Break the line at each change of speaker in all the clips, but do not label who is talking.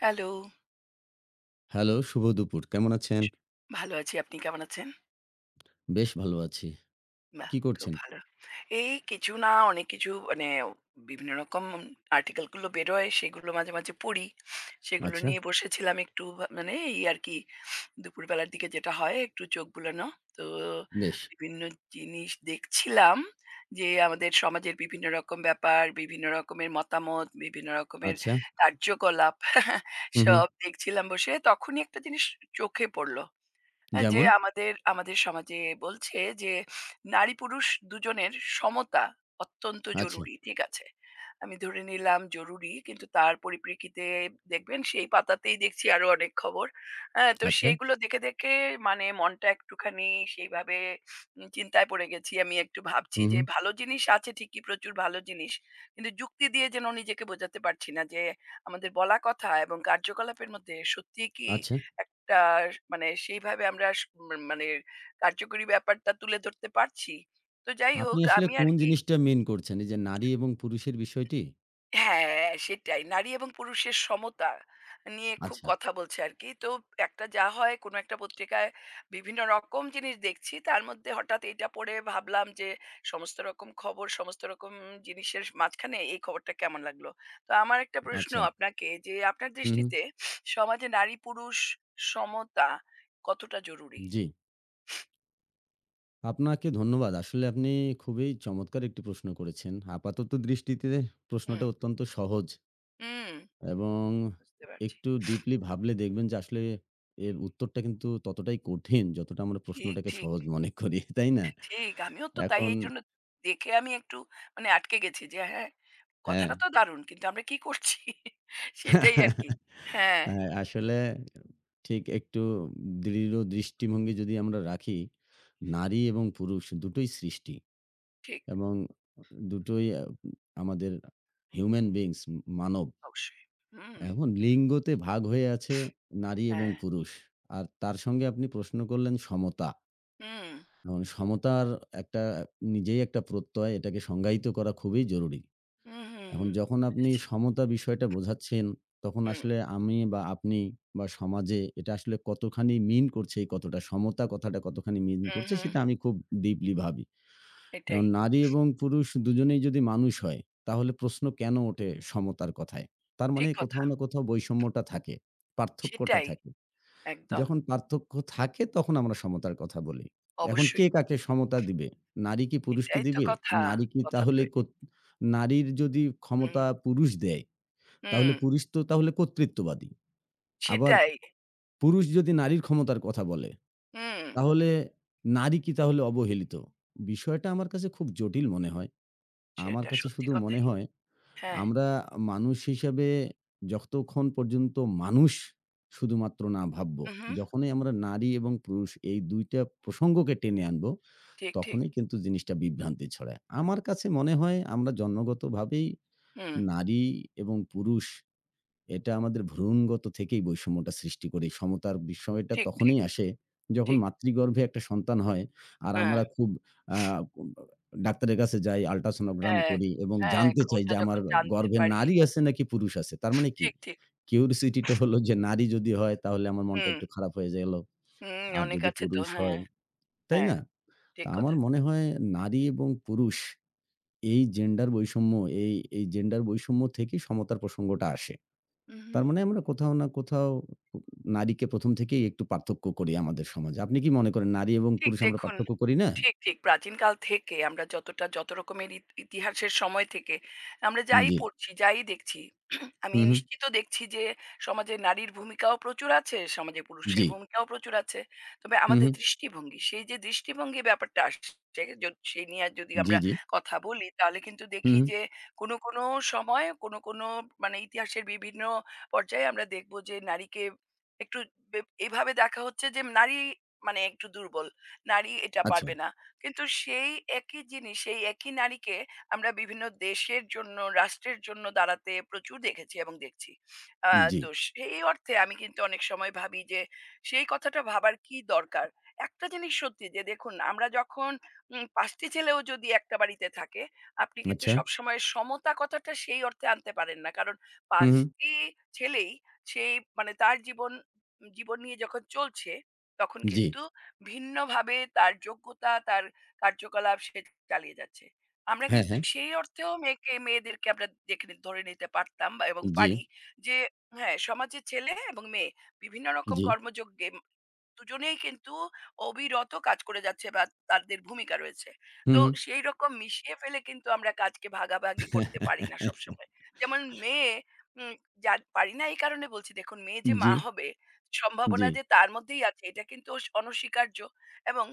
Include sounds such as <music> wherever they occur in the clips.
Hello.
Hello, শুভ দুপুর। কেমন আছেন?
ভালো আছি। আপনি কেমন আছেন?
বেশ ভালো আছি।
বাহ!
কি
খুব
করছেন?
ভালো। এই কিছু না অনেক কিছু মানে বিভিন্ন রকম আর্টিকেল গুলো বেরোয় সেগুলো মাঝে, মাঝে পড়ি। সেগুলো
আচ্ছা,
নিয়ে বসেছিলাম একটু ভা মানে এই আরকি দুপুরবেলার দিকে যেটা হয় একটু চোখ বুলানো। তো
বেশ।
বিভিন্ন জিনিস দেখছিলাম যে আমাদের সমাজের বিভিন্ন রকম ব্যাপার, বিভিন্ন রকমের মতামত, বিভিন্ন রকমের
আচ্ছা।
কার্যকলাপ <laughs>
হু, হু।
সব দেখছিলাম বসে। তখনই একটা জিনিস চোখে পড়ল। হ্যাঁ, যে
যেমন?
আমাদের আমাদের সমাজে বলছে যে নারী পুরুষ দুজনের সমতা অত্যন্ত
আচ্ছা,
জরুরি, ঠিক আছে। আমি ধরে নিলাম জরুরি, কিন্তু তার পরিপ্রেক্ষিতে দেখবেন সেই পাতাতেই দেখছি আরো অনেক খবর। হ্যাঁ, তো
আচ্ছা।
সেইগুলো দেখে দেখে মানে মনটা একটুখানি সেইভাবে চিন্তায় পড়ে গেছি। আমি একটু
হু,
ভাবছি
হু।
যে ভালো জিনিস আছে ঠিকই, প্রচুর ভালো জিনিস, কিন্তু যুক্তি দিয়ে যেন নিজেকে বোঝাতে পারছি না যে আমাদের বলা কথা এবং কার্যকলাপের মধ্যে সত্যি কি
আচ্ছা।
টা মানে সেইভাবে আমরা স ম- মানে কার্যকরী ব্যাপারটা তুলে ধরতে পারছি। তো যাই
আপনি
হোক,
আসলে
আমি
কোন
আরকি।
জিনিসটা মেইন করছেন? এই যে নারী এবং পুরুষের বিষয়টি?
হ্যাঁ, সেটাই। নারী এবং পুরুষের সমতা নিয়ে খুব
আচ্ছা,
কথা বলছে আরকি। তো একটা যা হয় কোনো একটা পত্রিকায় বিভিন্ন রকম জিনিস দেখছি। তার মধ্যে হঠাৎ এটা পড়ে ভাবলাম যে সমস্ত রকম খবর, সমস্ত রকম জিনিসের মাঝখানে এই খবরটা কেমন লাগলো? তো আমার একটা প্রশ্ন
আচ্ছা।
আপনাকে যে আপনার
হু, হু।
দৃষ্টিতে সমাজে নারী-পুরুষ সমতা কতটা জরুরি?
জি। আপনাকে ধন্যবাদ। আসলে আপনি খুবই চমৎকার একটি প্রশ্ন করেছেন। আপাতত দৃষ্টিতে প্রশ্নটা
হুম।
অত্যন্ত সহজ।
হুম।
এবং
বুঝতে পারছি।
একটু ডিপলি ভাবলে দেখবেন যে আসলে এর উত্তরটা কিন্তু ততটাই কঠিন যতটা আমরা
ঠিক,
প্রশ্নটাকে
ঠিক,
সহজ মনে <laughs> করি, তাই না?
ঠিক। আমিও তো তাই,
এখন
এই জন্য দেখে আমি একটু মানে আটকে গেছি যে হ্যাঁ,
হ্যাঁ,
কথাটা তো দারুণ। কিন্তু আমরা কি করছি? <laughs> সেটাই আরকি। হ্যাঁ,
হ্যাঁ, আসলে ঠিক একটু দৃঢ় দৃষ্টিভঙ্গি যদি আমরা রাখি, নারী এবং পুরুষ দুটোই সৃষ্টি
ঠিক।
এবং দুটোই আমাদের হিউম্যান বিইংস মানব।
অবশ্যই। হুম,
এখন লিঙ্গতে ভাগ হয়ে আছে নারী এবং
হ্যাঁ।
পুরুষ। আর তার সঙ্গে আপনি প্রশ্ন করলেন সমতা।
হুম,
এখন সমতার একটা নিজেই একটা প্রত্যয়, এটাকে সংজ্ঞায়িত করা খুবই জরুরি।
হুম, হুম,
এখন
হুম।
যখন আপনি
বুঝেছি।
সমতা বিষয়টা বোঝাচ্ছেন, তখন
হুম,
আসলে আমি বা আপনি বা সমাজে এটা আসলে কতখানি মিন করছে, কতটা সমতা কথাটা কতখানি মিন
হুম,
করছে
হুম।
সেটা আমি খুব ডিপলি ভাবি।
এটাই।
এখন নারী এবং পুরুষ দুজনেই যদি মানুষ হয়, তাহলে প্রশ্ন কেন ওঠে সমতার কথায়? তার মানে
ঠিক কথা।
কোথাও না কোথাও বৈষম্যটা থাকে, পার্থক্যটা
সেটাই।
থাকে।
একদম।
যখন পার্থক্য থাকে তখন আমরা সমতার কথা বলি। এখন কে
অবশ্যই।
কাকে সমতা দিবে? নারী কি পুরুষকে
এটাই তো
দিবে?
কথা।
নারী কি
কথা তো
তাহলে
এটাই।
কত নারীর যদি
হুম,
ক্ষমতা পুরুষ দেয়, তাহলে
হুম।
পুরুষ তো তাহলে কর্তৃত্ববাদী। আবার
সেটাই।
পুরুষ যদি নারীর ক্ষমতার কথা বলে,
হুম।
তাহলে নারী কি তাহলে অবহেলিত? বিষয়টা আমার কাছে খুব জটিল মনে হয়। আমার
সেটা
কাছে
সত্যি
শুধু মনে
কথাই।
হয়
হ্যাঁ।
আমরা মানুষ হিসাবে যতক্ষণ পর্যন্ত মানুষ শুধুমাত্র না ভাববো,
হু, হু।
যখনই আমরা নারী এবং পুরুষ এই ২ টা প্রসঙ্গকে টেনে আনবো,
ঠিক, ঠিক।
তখনই কিন্তু জিনিসটা বিভ্রান্তি ছড়ায়। আমার কাছে মনে হয় আমরা জন্মগতভাবেই
হুম।
নারী এবং পুরুষ এটা আমাদের ভ্রূণগত থেকেই বৈষম্যটা সৃষ্টি করি। সমতার বিষয়টা
ঠিক, ঠিক,
তখনই আসে যখন
ঠিক।
মাতৃগর্ভে একটা সন্তান হয় আর
হ্যাঁ,
আমরা খুব আ ডাক্তারের কাছে যাই, আল্ট্রাসোনোগ্রাম
হ্যাঁ,
করি এবং
হ্যাঁ,
জানতে চাই
খবরটা
যে আমার
যখন জানতে
গর্ভে
পারি।
নারী আছে নাকি পুরুষ আছে। তার মানে কি?
ঠিক, ঠিক।
কিউরিসিটি টা হলো যে নারী যদি হয় তাহলে আমার মনটা
হুম,
একটু খারাপ হয়ে গেল।
হুম,
আর
অনেক
যদি
আছে তো।
পুরুষ
হ্যাঁ,
হয়, তাই
হ্যাঁ,
না? তা
ঠিক কথা।
আমার মনে হয় নারী এবং পুরুষ এই জেন্ডার বৈষম্য এই জেন্ডার বৈষম্য থেকেই সমতার প্রসঙ্গটা আসে।
উহু।
তার মানে আমরা কোথাও না কোথাও নারীকে ১ম থেকেই একটু পার্থক্য করি আমাদের সমাজে। আপনি কি মনে করেন নারী এবং
ঠিক
পুরুষ আমরা
দেখুন,
পার্থক্য করি না?
ঠিক, ঠিক। প্রাচীনকাল থেকে আমরা যতটা যত রকমের ইতিহাসের সময় থেকে আমরা যাই
জি।
পড়ছি, যাই দেখছি, <clears throat> আমি
হুম, হুম।
নিশ্চিত দেখছি যে সমাজে নারীর ভূমিকাও প্রচুর আছে, সমাজে পুরুষের
জি।
ভূমিকাও প্রচুর আছে। তবে
হুম,
আমাদের
হুম।
দৃষ্টিভঙ্গি, সেই যে দৃষ্টিভঙ্গি ব্যাপারটা আসছে, য সেই নিয়ে আর যদি
জি,
আমরা
জি।
কথা বলি তাহলে কিন্তু
হুম,
দেখি
হুম।
যে কোনো, কোনো সময় কোনো, কোনো মানে ইতিহাসের বিভিন্ন পর্যায়ে আমরা দেখব যে নারীকে একটু বে এভাবে দেখা হচ্ছে যে নারী মানে একটু দুর্বল। নারী এটা
আচ্ছা।
পারবে না। কিন্তু সেই একই জিনিস, সেই একই নারীকে আমরা বিভিন্ন দেশের জন্য, রাষ্ট্রের জন্য দাঁড়াতে প্রচুর দেখেছি এবং দেখছি। আ
জি।
তো সেই অর্থে আমি কিন্তু অনেক সময় ভাবি যে, সেই কথাটা ভাবার কি দরকার? একটা জিনিস সত্যি যে দেখুন, আমরা যখন ৫ টি ছেলেও যদি একটা বাড়িতে থাকে, আপনি কিন্তু
আচ্ছা।
সবসময় সমতা কথাটা সেই অর্থে আনতে পারেন না। কারণ
হুম,
৫
হুম।
টি ছেলেই সেই মানে তার জীবন জীবন নিয়ে যখন চলছে, তখন
জি।
কিন্তু ভিন্নভাবে তার যোগ্যতা, তার কার্যকলাপ সে চালিয়ে যাচ্ছে। আমরা
হ্যাঁ,
কিন্তু
হ্যাঁ।
সেই অর্থেও মেয়েকে মেয়েদেরকে আমরা দেখে নি ধরে নিতে পারতাম বা এবং
জি,
পারি যে হ্যাঁ, সমাজে ছেলে এবং মেয়ে বিভিন্ন রকম
জি।
কর্মযজ্ঞে দুজনেই কিন্তু অবিরত কাজ করে যাচ্ছে বা তাদের ভূমিকা রয়েছে।
হুম,
তো
হুম।
সেই রকম মিশিয়ে ফেলে কিন্তু আমরা কাজকে ভাগাভাগি করতে পারি না
<laughs>
সবসময়। যেমন মেয়ে উম পারি না, এই কারণে বলছি দেখুন মেয়ে যে
জি,
মা হবে
জি,
সম্ভাবনা যে তার মধ্যেই আছে এটা কিন্তু অনস্বীকার্য, এবং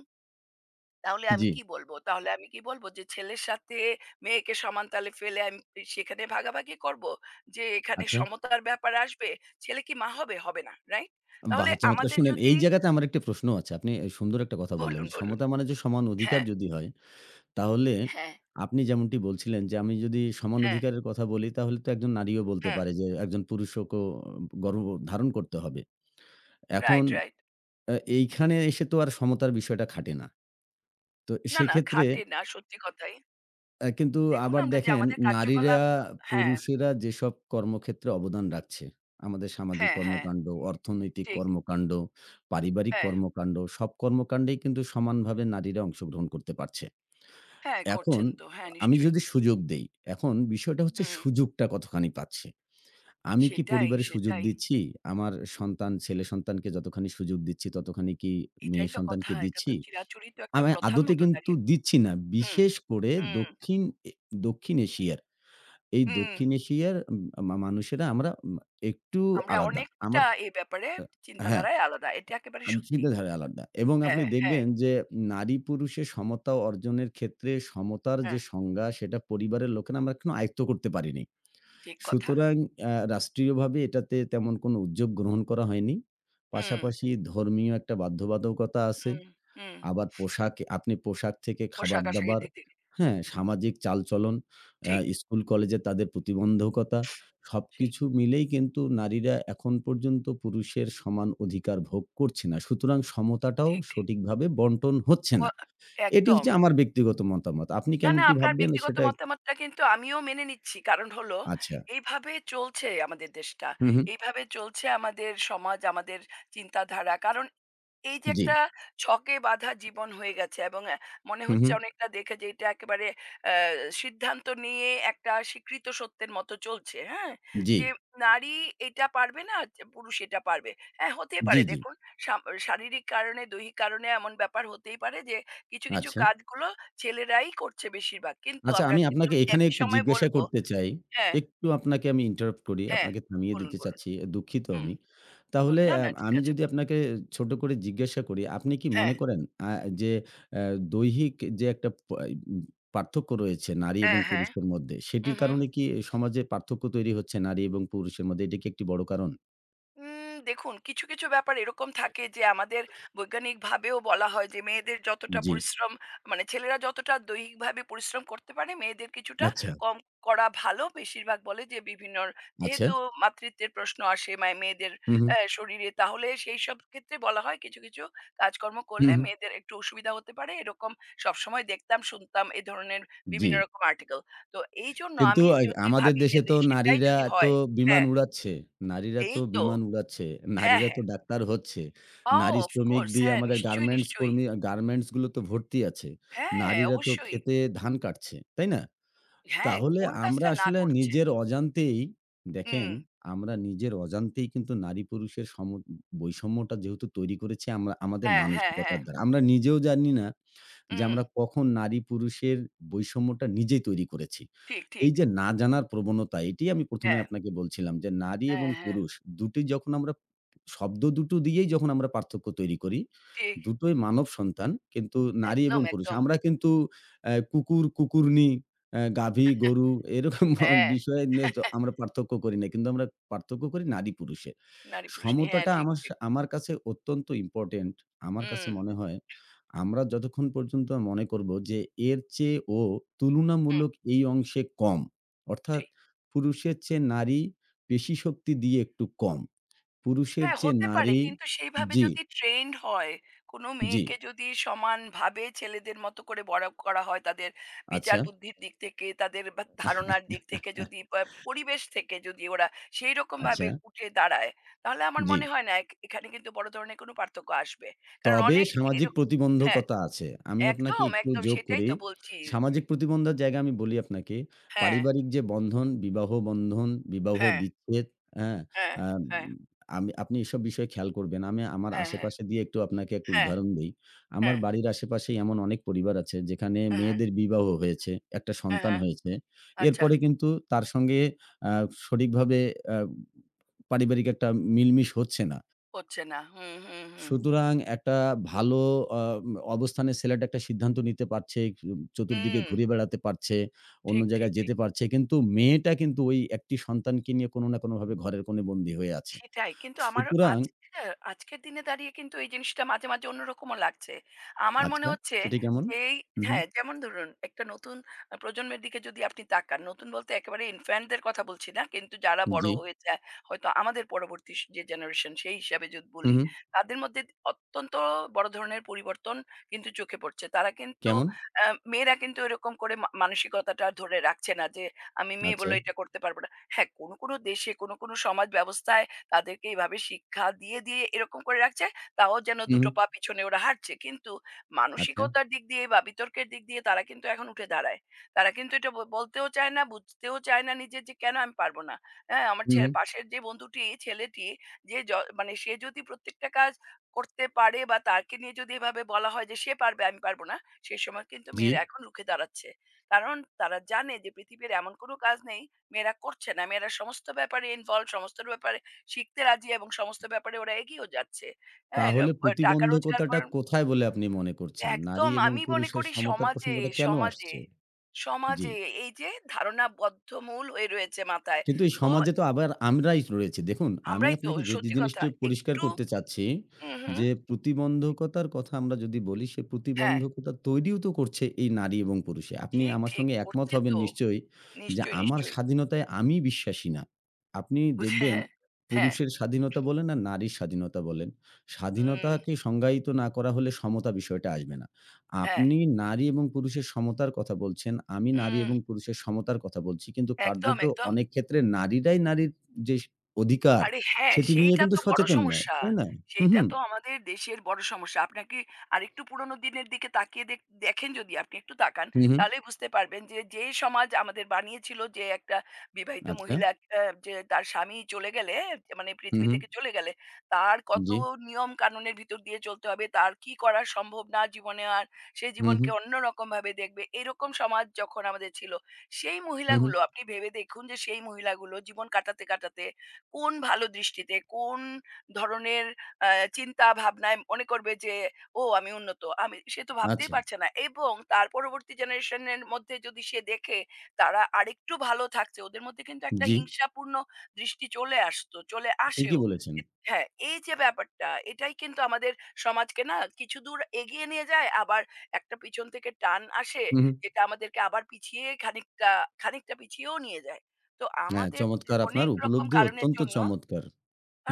তাহলে আমি
জি।
কি বলব? তাহলে আমি কি বলব যে ছেলের সাথে মেয়েকে সমান তালে ফেলে আমি সেখানে ভাগাভাগি করব? যে এখানে
আচ্ছা।
সমতার ব্যাপার আসবে? ছেলে কি মা হবে? হবে না। রাইট?
বাহ!
তাহলে
চমৎকার!
আমাদের
শুনেন,
যদি
এই জায়গাতে আমার একটা প্রশ্ন আছে। আপনি সুন্দর একটা কথা বললেন।
বলুন, বলুন।
সমতা মানে যে সমান অধিকার
হ্যাঁ,
যদি হয় তাহলে
হ্যাঁ,
আপনি যেমনটি বলছিলেন যে, আমি যদি সমান
হ্যাঁ,
অধিকারের কথা বলি তাহলে তো একজন নারীও বলতে
হ্যাঁ।
পারে যে, একজন পুরুষকেও গর্ব ধারণ করতে হবে। এখন
রাইট, রাইট।
এইখানে এসে তো আর সমতার বিষয়টা খাটে না। তো
না, না,
সেক্ষেত্রে
খাটে না, সত্যি কথাই।
কিন্তু
দেখুন,
আবার
আমরা যে
দেখেন
আমাদের
নারীরা,
কার্যকলাপ হ্যাঁ,
পুরুষেরা যেসব কর্মক্ষেত্রে অবদান রাখছে, আমাদের সামাজিক
হ্যাঁ, হ্যাঁ।
কর্মকাণ্ড, অর্থনৈতিক
ঠিক।
কর্মকাণ্ড, পারিবারিক
হ্যাঁ,
কর্মকাণ্ড সব কর্মকাণ্ডেই কিন্তু সমানভাবে নারীরা অংশগ্রহণ করতে পারছে।
হ্যাঁ
এখন
করছেন তো। হ্যাঁ,
আমি
নিশ্চয়ই।
যদি সুযোগ দেই, এখন বিষয়টা হচ্ছে
হুম।
সুযোগটা কতখানি পাচ্ছি। আমি কি
সেটাই,
পরিবারে সুযোগ
সেটাই।
দিচ্ছি? আমার সন্তান, ছেলে সন্তানকে যতখানি সুযোগ দিচ্ছি, ততখানি কি
এটাই
মেয়ে
তো কথা।
সন্তানকে
এটা তো
দিচ্ছি?
চিরাচরিত একটা
আমি
প্রথার
আদতে
মতো
কিন্তু
দাঁড়িয়ে।
দিচ্ছি না।
হুম,
বিশেষ করে
হুম,
দক্ষিণ এ দক্ষিণ এশিয়ার, এই
হুম।
দক্ষিণ এশিয়ার মানুষেরা আমরা একটু
আমরা
আলাদা। আমার
অনেকটা এ ব্যাপারে
হ্যাঁ।
চিন্তাধারায় আলাদা। এটা একেবারে সত্যি।
চিন্তাধারা আলাদা এবং আপনি
হ্যাঁ, হ্যাঁ,
দেখবেন যে নারী-পুরুষে সমতা অর্জনের ক্ষেত্রে সমতার যে
হ্যাঁ,
সংজ্ঞা সেটা পরিবারের লোকেরা আমরা এখনো আয়ত্ত করতে পারিনি।
ঠিক কথা।
সুতরাং রাষ্ট্রীয়ভাবে এটাতে তেমন কোনো উদ্যোগ গ্রহণ করা হয়নি।
হুম,
পাশাপাশি ধর্মীয় একটা বাধ্যবাধকতা আছে।
হুম, হুম।
আবার পোশাক, আপনি পোশাক থেকে
পোশাক-আশাকের
খাবার-দাবার,
দিক থেকে।
হ্যাঁ, সামাজিক চালচলন,
ঠিক,
স্কুল কলেজে তাদের প্রতিবন্ধকতা
ঠিক,
সবকিছু মিলেই কিন্তু নারীরা এখন পর্যন্ত পুরুষের সমান অধিকার ভোগ করছে না। সুতরাং সমতাটাও
ঠিক, ঠিক।
সঠিকভাবে বন্টন হচ্ছে
ও
না। এটি
একদম।
হচ্ছে আমার ব্যক্তিগত মতামত। আপনি
না, না,
কেমনটি
আপনার
ভাববেন
ব্যক্তিগত
সেটা এক-
মতামতটা কিন্তু আমিও মেনে নিচ্ছি। কারণ হলো
আচ্ছা।
এইভাবে চলছে আমাদের দেশটা।
হু, হু।
এইভাবে চলছে আমাদের সমাজ, আমাদের চিন্তাধারা। কারণ এই যে
জি।
একটা ছকে বাঁধা জীবন হয়ে গেছে, এবং মনে
হু, হু।
হচ্ছে অনেকটা দেখে যে এটা একেবারে আ সিদ্ধান্ত নিয়ে একটা স্বীকৃত সত্যের মতো চলছে, হ্যাঁ?
জি।
যে নারী এটা পারবে না, যে পুরুষ এটা পারবে। হ্যাঁ, হতে
জি,
পারে
জি।
দেখুন সা শারীরিক কারণে, দৈহিক কারণে এমন ব্যাপার হতেই পারে যে কিছু, কিছু
আচ্ছা।
কাজগুলো ছেলেরাই করছে বেশিরভাগ। কিন্তু
আচ্ছা,
আমরা
আমি
কিন্তু
আপনাকে এখানে
একই
একটু
সময়
জিজ্ঞাসা
বলবো
করতে চাই।
হ্যাঁ,
একটু আপনাকে আমি interrupt করি।
হ্যাঁ,
আপনাকে থামিয়ে
বলুন,
দিতে
বলুন।
চাচ্ছি। দুঃখিত
হুম,
আমি। তাহলে
বলুন। না, না, ঠিক
আমি
আছে,
যদি
বলুন।
আপনাকে ছোট করে জিজ্ঞাসা করি, আপনি কি
হ্যাঁ,
মনে করেন আ যে অ্যা দৈহিক যে একটা প ই পার্থক্য রয়েছে নারী এবং
হ্যাঁ, হ্যাঁ।
পুরুষের মধ্যে, সেটির
উহু।
কারণে কি সমাজে পার্থক্য তৈরি হচ্ছে নারী এবং পুরুষের মধ্যে? এটা কি একটি বড় কারণ?
দেখুন, কিছু, কিছু ব্যাপার এরকম থাকে যে আমাদের বৈজ্ঞানিকভাবেও বলা হয় যে মেয়েদের যতটা
জি।
পরিশ্রম মানে ছেলেরা যতটা দৈহিকভাবে পরিশ্রম করতে পারে, মেয়েদের কিছুটা
আচ্ছা,
কম করা ভালো। বেশিরভাগ বলে যে বিভিন্ন
আচ্ছা।
যেহেতু মাতৃত্বের প্রশ্ন আসে মানে মেয়েদের
হু, হু।
শরীরে তাহলে সেইসব ক্ষেত্রে বলা হয় কিছু, কিছু কাজকর্ম
হু,
করলে
হু।
মেয়েদের একটু অসুবিধা হতে পারে। এরকম সবসময় দেখতাম, শুনতাম এ ধরনের
জি।
বিভিন্ন রকম আর্টিকেল। তো এইজন্য
কিন্তু
আমি
আগ
যদি
আমাদের
ভাবি যে
দেশে তো
সেটাই
নারীরা
যদি
তো
হয়
বিমান
হ্যাঁ,
উড়াচ্ছে। নারীরা
এই
তো
তো।
বিমান উড়াচ্ছে।
হ্যাঁ,
নারীরা
হ্যাঁ।
তো ডাক্তার হচ্ছে।
Oh,
নারী
of
শ্রমিক
course,
দিয়ে
হ্যাঁ,
আমাদের
নিশ্চয়ই,
গার্মেন্টস
নিশ্চয়ই।
কর্মী, গার্মেন্টস গুলো তো ভর্তি আছে।
হ্যাঁ,
নারীরা তো
অবশ্যই।
ক্ষেতে ধান কাটছে। তাই না?
হ্যাঁ,
তাহলে
কোন
আমরা
কাজটা না
আসলে
করছে?
নিজের অজান্তেই, দেখেন,
হুম।
আমরা নিজের অজান্তেই কিন্তু নারী-পুরুষের বৈষম্যটা যেহেতু তৈরি করেছি আমরা আমাদের
হ্যাঁ, হ্যাঁ,
মানসিকতার
হ্যাঁ।
দ্বারা। আমরা নিজেও জানি না যে
হুম।
আমরা কখন নারী-পুরুষের বৈষম্যটা নিজেই তৈরি করেছি।
ঠিক,
এই
ঠিক।
যে না জানার প্রবণতা, এটি আমি ১ম এ
হ্যাঁ,
আপনাকে বলছিলাম যে নারী এবং
হ্যাঁ, হ্যাঁ।
পুরুষ দুটি যখন আমরা শব্দ দুটো দিয়েই যখন আমরা পার্থক্য তৈরি করি,
ঠিক।
দুটোই মানব সন্তান কিন্তু নারী এবং
একদম,
পুরুষ।
একদম।
আমরা কিন্তু কুকুর, কুকুরনি, গাভী, গরু এরকম
হ্যাঁ,
বিষয়ে নিয়ে তো আমরা পার্থক্য করি না। কিন্তু আমরা পার্থক্য করি নারী-পুরুষে।
নারী পুরুষ নিয়ে। হ্যাঁ,
সমতাটা
ঠিক,
আমার সা
ঠিক।
আমার কাছে অত্যন্ত ইম্পোর্টেন্ট। আমার
হুম,
কাছে মনে হয় আমরা যতক্ষণ পর্যন্ত মনে করব যে এর চেয়ে ও
হুম।
তুলনামূলক এই অংশে কম। অর্থাৎ
ঠিক।
পুরুষের চেয়ে নারী পেশী শক্তি দিয়ে একটু কম। পুরুষের
হ্যাঁ,
চেয়ে
হতে পারে।
নারী
কিন্তু সেইভাবে
জি,
যদি ট্রেন্ড হয়, কোনো
জি।
মেয়েকে যদি সমানভাবে ছেলেদের মতো করে বড় করা হয়, তাদের বিচার
আচ্ছা।
বুদ্ধির দিক থেকে, তাদের বা ধারণার দিক থেকে যদি
<laughs>
বা পরিবেশ থেকে যদি ওরা
আচ্ছা,
সেইরকমভাবে উঠে দাঁড়ায়, তাহলে আমার
জি।
মনে হয় না এখানে কিন্তু বড় ধরনের কোনো পার্থক্য আসবে। কারণ
তবে
অনেক
সামাজিক
এরক হ্যাঁ,
প্রতিবন্ধকতা আছে। আমি আপনাকে
একদম,
একটু
একদম,
যোগ
সেটাই
করি।
তো বলছি।
সামাজিক প্রতিবন্ধের জায়গায় আমি বলি আপনাকে,
হ্যাঁ,
পারিবারিক যে বন্ধন, বিবাহ বন্ধন, বিবাহ
হ্যাঁ,
বিচ্ছেদ, হ্যাঁ?
হ্যাঁ,
আ
হ্যাঁ,
আমি, আপনি এসব বিষয়ে খেয়াল করবেন। আমি আমার
হ্যাঁ, হ্যাঁ,
আশেপাশে দিয়ে একটু আপনাকে একটা
হ্যাঁ,
উদাহরণ দেই। আমার
হ্যাঁ,
বাড়ির আশেপাশেই এমন অনেক পরিবার আছে যেখানে
হ্যাঁ,
মেয়েদের বিবাহ হয়েছে, একটা
হ্যাঁ,
সন্তান
হ্যাঁ,
হয়েছে।
আচ্ছা,
এরপরে কিন্তু তার সঙ্গে আ সঠিকভাবে আ পারিবারিক একটা মিলমিশ হচ্ছে না।
হচ্ছে না। হুম, হুম, হুম,
সুতরাং একটা ভালো আ অবস্থানে ছেলেটা একটা সিদ্ধান্ত নিতে পারছে, চতুর্দিকে
হুম।
ঘুরে বেড়াতে পারছে, অন্য
ঠিক, ঠিক,
জায়গায়
ঠিক।
যেতে পারছে। কিন্তু মেয়েটা কিন্তু ওই একটি সন্তানকে নিয়ে কোনো না কোনোভাবে ঘরের কোণে বন্দী হয়ে আছে।
সেটাই। কিন্তু আমার
সুতরাং
আজকে আজকের দিনে দাঁড়িয়ে কিন্তু এই জিনিসটা মাঝে, মাঝে অন্যরকমও লাগছে। আমার মনে
আচ্ছা,
হচ্ছে
সেটি কেমন?
যেই
হু, হু,
হ্যাঁ, যেমন ধরুন একটা নতুন প্রজন্মের দিকে যদি আপনি তাকান, নতুন বলতে একেবারে infant দের কথা বলছি না। কিন্তু যারা বড়
জি,
হয়ে যায়, হয়তো আমাদের পরবর্তী যে জেনারেশন সেই হিসাবে যদি
হু,
বলি,
হু,
তাদের মধ্যে অত্যন্ত বড় ধরনের পরিবর্তন কিন্তু চোখে পড়ছে। তারা কিন্তু
কেমন?
আ মেয়েরা কিন্তু এরকম করে মানসিকতাটা আর ধরে রাখছে না যে, আমি মেয়ে
আচ্ছা,
বলে এটা করতে পারব না। হ্যাঁ, কোনো, কোনো দেশে কোনো, কোনো সমাজ ব্যবস্থায় তাদেরকে এভাবে শিক্ষা দিয়ে, দিয়ে এরকম করে রাখছে। তাও যেন
হু, হু,
দুটো পা পিছনে ওরা হাঁটছে। কিন্তু
আচ্ছা,
মানসিকতার দিক দিয়ে বা বিতর্কের দিক দিয়ে তারা কিন্তু এখন উঠে দাঁড়ায়। তারা কিন্তু এটা বলতেও চায় না, বুঝতেও চায় না নিজে যে কেন আমি পারব না। হ্যাঁ, আমার
হু, হু,
পাশের যে বন্ধুটি, ছেলেটি যে মানে সে যদি প্রত্যেকটা কাজ করতে পারে বা তাকে নিয়ে যদি এভাবে বলা হয় যে সে পারবে, আমি পারব না, সে সময় কিন্তু
জি।
মেয়েরা এখন রুখে দাঁড়াচ্ছে। কারণ তারা জানে যে পৃথিবীর এমন কোন কাজ নেই মেয়েরা করছে না। মেয়েরা সমস্ত ব্যাপারে ইনভলভ, সমস্ত ব্যাপারে শিখতে রাজি এবং সমস্ত ব্যাপারে ওরা এগিয়েও যাচ্ছে। হ্যাঁ,
তাহলে
টাকা রোজগার
প্রতিবন্ধকতাটা
করেন
কোথায় বলে আপনি মনে করছেন? নারী
একদম,
এবং
আমি মনে
পুরুষের
করি
সমতার
সমাজে,
প্রসঙ্গটা কেন
সমাজে,
আসছে? জি।
সমাজে এই যে ধারণা বদ্ধমূল হয়ে রয়েছে মাথায়।
কিন্তু এই
তো
সমাজে তো আবার আমরাই রয়েছি। দেখুন, আমি
আমরাই তো
আপনাকে যে যে
সত্যি কথা
জিনিসটি পরিষ্কার
একটু
করতে চাচ্ছি
হুম, হুম।
যে, প্রতিবন্ধকতার কথা আমরা যদি বলি, সে
হ্যাঁ,
প্রতিবন্ধকতা তৈরিও তো করছে এই নারী এবং পুরুষে। আপনি
ঠিক,
আমার
ঠিক,
সঙ্গে একমত
করছে
হবেন
তো।
নিশ্চয়ই যে,
নিশ্চয়ই,
আমার
নিশ্চয়ই।
স্বাধীনতায় আমি বিশ্বাসী না। আপনি
বুঝে
দেখবেন
হ্যাঁ, হ্যাঁ,
পুরুষের স্বাধীনতা বলেন আর নারীর স্বাধীনতা বলেন।
হুম,
স্বাধীনতাকে সংজ্ঞায়িত না করা হলে সমতা বিষয়টা আসবে না।
হ্যাঁ,
আপনি নারী এবং পুরুষের সমতার কথা বলছেন। আমি নারী
হুম,
এবং পুরুষের সমতার কথা বলছি। কিন্তু
একদম,
কার্যত
একদম।
অনেক ক্ষেত্রে নারীরাই নারীর যে অধিকার
আরে হ্যাঁ,
সেটি নিয়ে
সেইটা
কিন্তু
তো বড়
সচেতন নয়।
সমস্যা।
তাই না? হু,
সেইটা
হু,
তো আমাদের দেশের বড় সমস্যা। আপনাকে আরেকটু পুরোনো দিনের দিকে তাকিয়ে দেখেন, যদি আপনি একটু তাকান,
হু, হু।
তাহলেই বুঝতে পারবেন যে, যে সমাজ আমাদের বানিয়েছিল যে একটা বিবাহিত
আচ্ছা।
মহিলা আ যে তার স্বামী চলে গেলে মানে
হু,
পৃথিবী
হু।
থেকে চলে গেলে, তার কত
জি।
নিয়ম কানুনের ভিতর দিয়ে চলতে হবে, তার কি করা সম্ভব না জীবনে আর, সে
হু, হু,
জীবনকে অন্যরকমভাবে দেখবে। এরকম সমাজ যখন আমাদের ছিল, সেই
হু, হু।
মহিলাগুলো আপনি ভেবে দেখুন যে সেই মহিলাগুলো জীবন কাটাতে, কাটাতে কোন ভালো দৃষ্টিতে, কোন ধরনের আ চিন্তা ভাবনায় মনে করবে যে, "ও, আমি উন্নত।" আমি সে তো ভাবতেই
আচ্ছা।
পারছে না এবং তার পরবর্তী জেনারেশন এর মধ্যে যদি সে দেখে তারা আরেকটু ভালো থাকছে, ওদের মধ্যে কিন্তু একটা
জি।
হিংসাপূর্ণ দৃষ্টি চলে আসতো, চলে
ঠিকই
আসেও।
বলেছেন।
এ হ্যাঁ, এই যে ব্যাপারটা, এটাই কিন্তু আমাদের সমাজকে না কিছুদূর এগিয়ে নিয়ে যায়, আবার একটা পিছন থেকে টান আসে,
হু, হু।
যেটা আমাদেরকে আবার পিছিয়ে খানিকটা খানিকটা পিছিয়েও নিয়ে যায়। তো
হ্যাঁ,
আমাদের
চমৎকার আপনার
অনেক রকম
উপলব্ধি
কারণের
অত্যন্ত
জন্য
চমৎকার।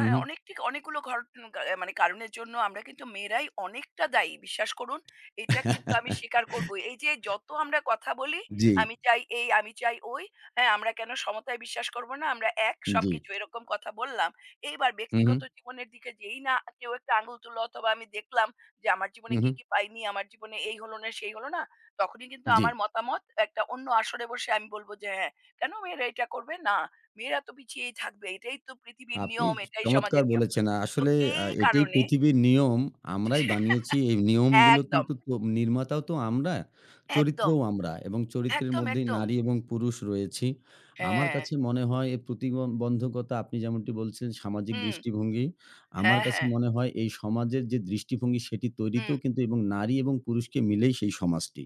হু।
অনেক ঠিক অনেকগুলো ঘটনা মানে কারণের জন্য আমরা কিন্তু মেয়েরাই অনেকটা দায়ী। বিশ্বাস করুন, এটা কিন্তু আমি
<laughs>
স্বীকার করবই। এই যে যত আমরা কথা বলি,
জি,
"আমি চাই এই, আমি চাই ওই, হ্যাঁ, আমরা কেন সমতায় বিশ্বাস করব না? আমরা এক
জি।
সবকিছু।" এরকম কথা বললাম। এইবার
হু, হু,
ব্যক্তিগত জীবনের দিকে যেই না কেউ একটা আঙুল তুললো অথবা আমি দেখলাম যে আমার
হু,
জীবনে
হু।
কি, কি পাইনি, আমার জীবনে এই হলো না, সেই হলো না, তখনই কিন্তু
জি।
আমার মতামত একটা অন্য আসরে বসে আমি বলব যে, "হ্যাঁ, কেন মেয়েরা এটা করবে? না।" মেয়েরা তো পিছিয়েই থাকবে। এটাই তো পৃথিবীর
আপনি
নিয়ম, এটাই
চমৎকার
সমাজের নিয়ম।
বলেছেন।
তো
আসলে
এই
এটাই
কারণে
পৃথিবীর নিয়ম। আমরাই বানিয়েছি। এই নিয়মগুলো
একদম,
কিন্তু তো নির্মাতাও তো আমরা,
একদম,
চরিত্রও আমরা এবং চরিত্রের
একদম,
মধ্যেই
একদম।
নারী এবং পুরুষ রয়েছি। আমার
হ্যাঁ,
কাছে মনে হয় এই বন্ধকতা আপনি যেমনটি বলছিলেন সামাজিক
হুম,
দৃষ্টিভঙ্গি। আমার
হ্যাঁ,
কাছে
হ্যাঁ,
মনে হয় এই সমাজের যে দৃষ্টিভঙ্গি সেটি
হুম,
তৈরিতেও কিন্তু এবং নারী এবং পুরুষকে মিলেই সেই সমাজটি।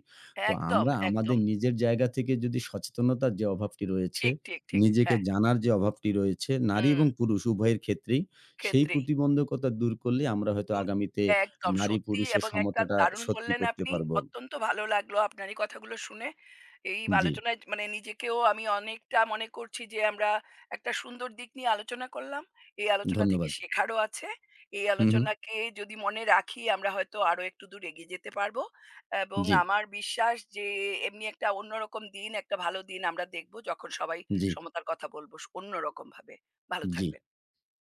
তো
একদম,
আমরা আমাদের
একদম।
নিজের জায়গা থেকে যদি সচেতনতার যে অভাবটি রয়েছে,
ঠিক, ঠিক, ঠিক।
নিজেকে
হ্যাঁ,
জানার যে অভাবটি রয়েছে, নারী
হুম,
এবং পুরুষ উভয়ের ক্ষেত্রেই, সেই
ক্ষেত্রেই।
প্রতিবন্ধকতা দূর করলে আমরা হয়তো
দূর
আগামীতে
একদম
নারী
সত্যি,
পুরুষের
এবং একটা
সমতাটা
দারুণ
সত্যি
বললেন
করতে
আপনি।
পারব।
অত্যন্ত ভালো লাগলো আপনার এই কথাগুলো শুনে। এই
জি,
আলোচনায় মানে নিজেকেও আমি অনেকটা মনে করছি যে আমরা একটা সুন্দর দিক নিয়ে আলোচনা করলাম। এই আলোচনা থেকে
ধন্যবাদ।
শেখারও আছে। এই
হু, হু।
আলোচনাকে যদি মনে রাখি আমরা হয়তো আরো একটু দূর এগিয়ে যেতে পারবো। এবং
জি,
আমার বিশ্বাস যে এমনি একটা অন্যরকম দিন, একটা ভালো দিন আমরা দেখব যখন সবাই
জি,
সমতার কথা বলব অন্যরকমভাবে। ভালো
জি।
থাকবেন।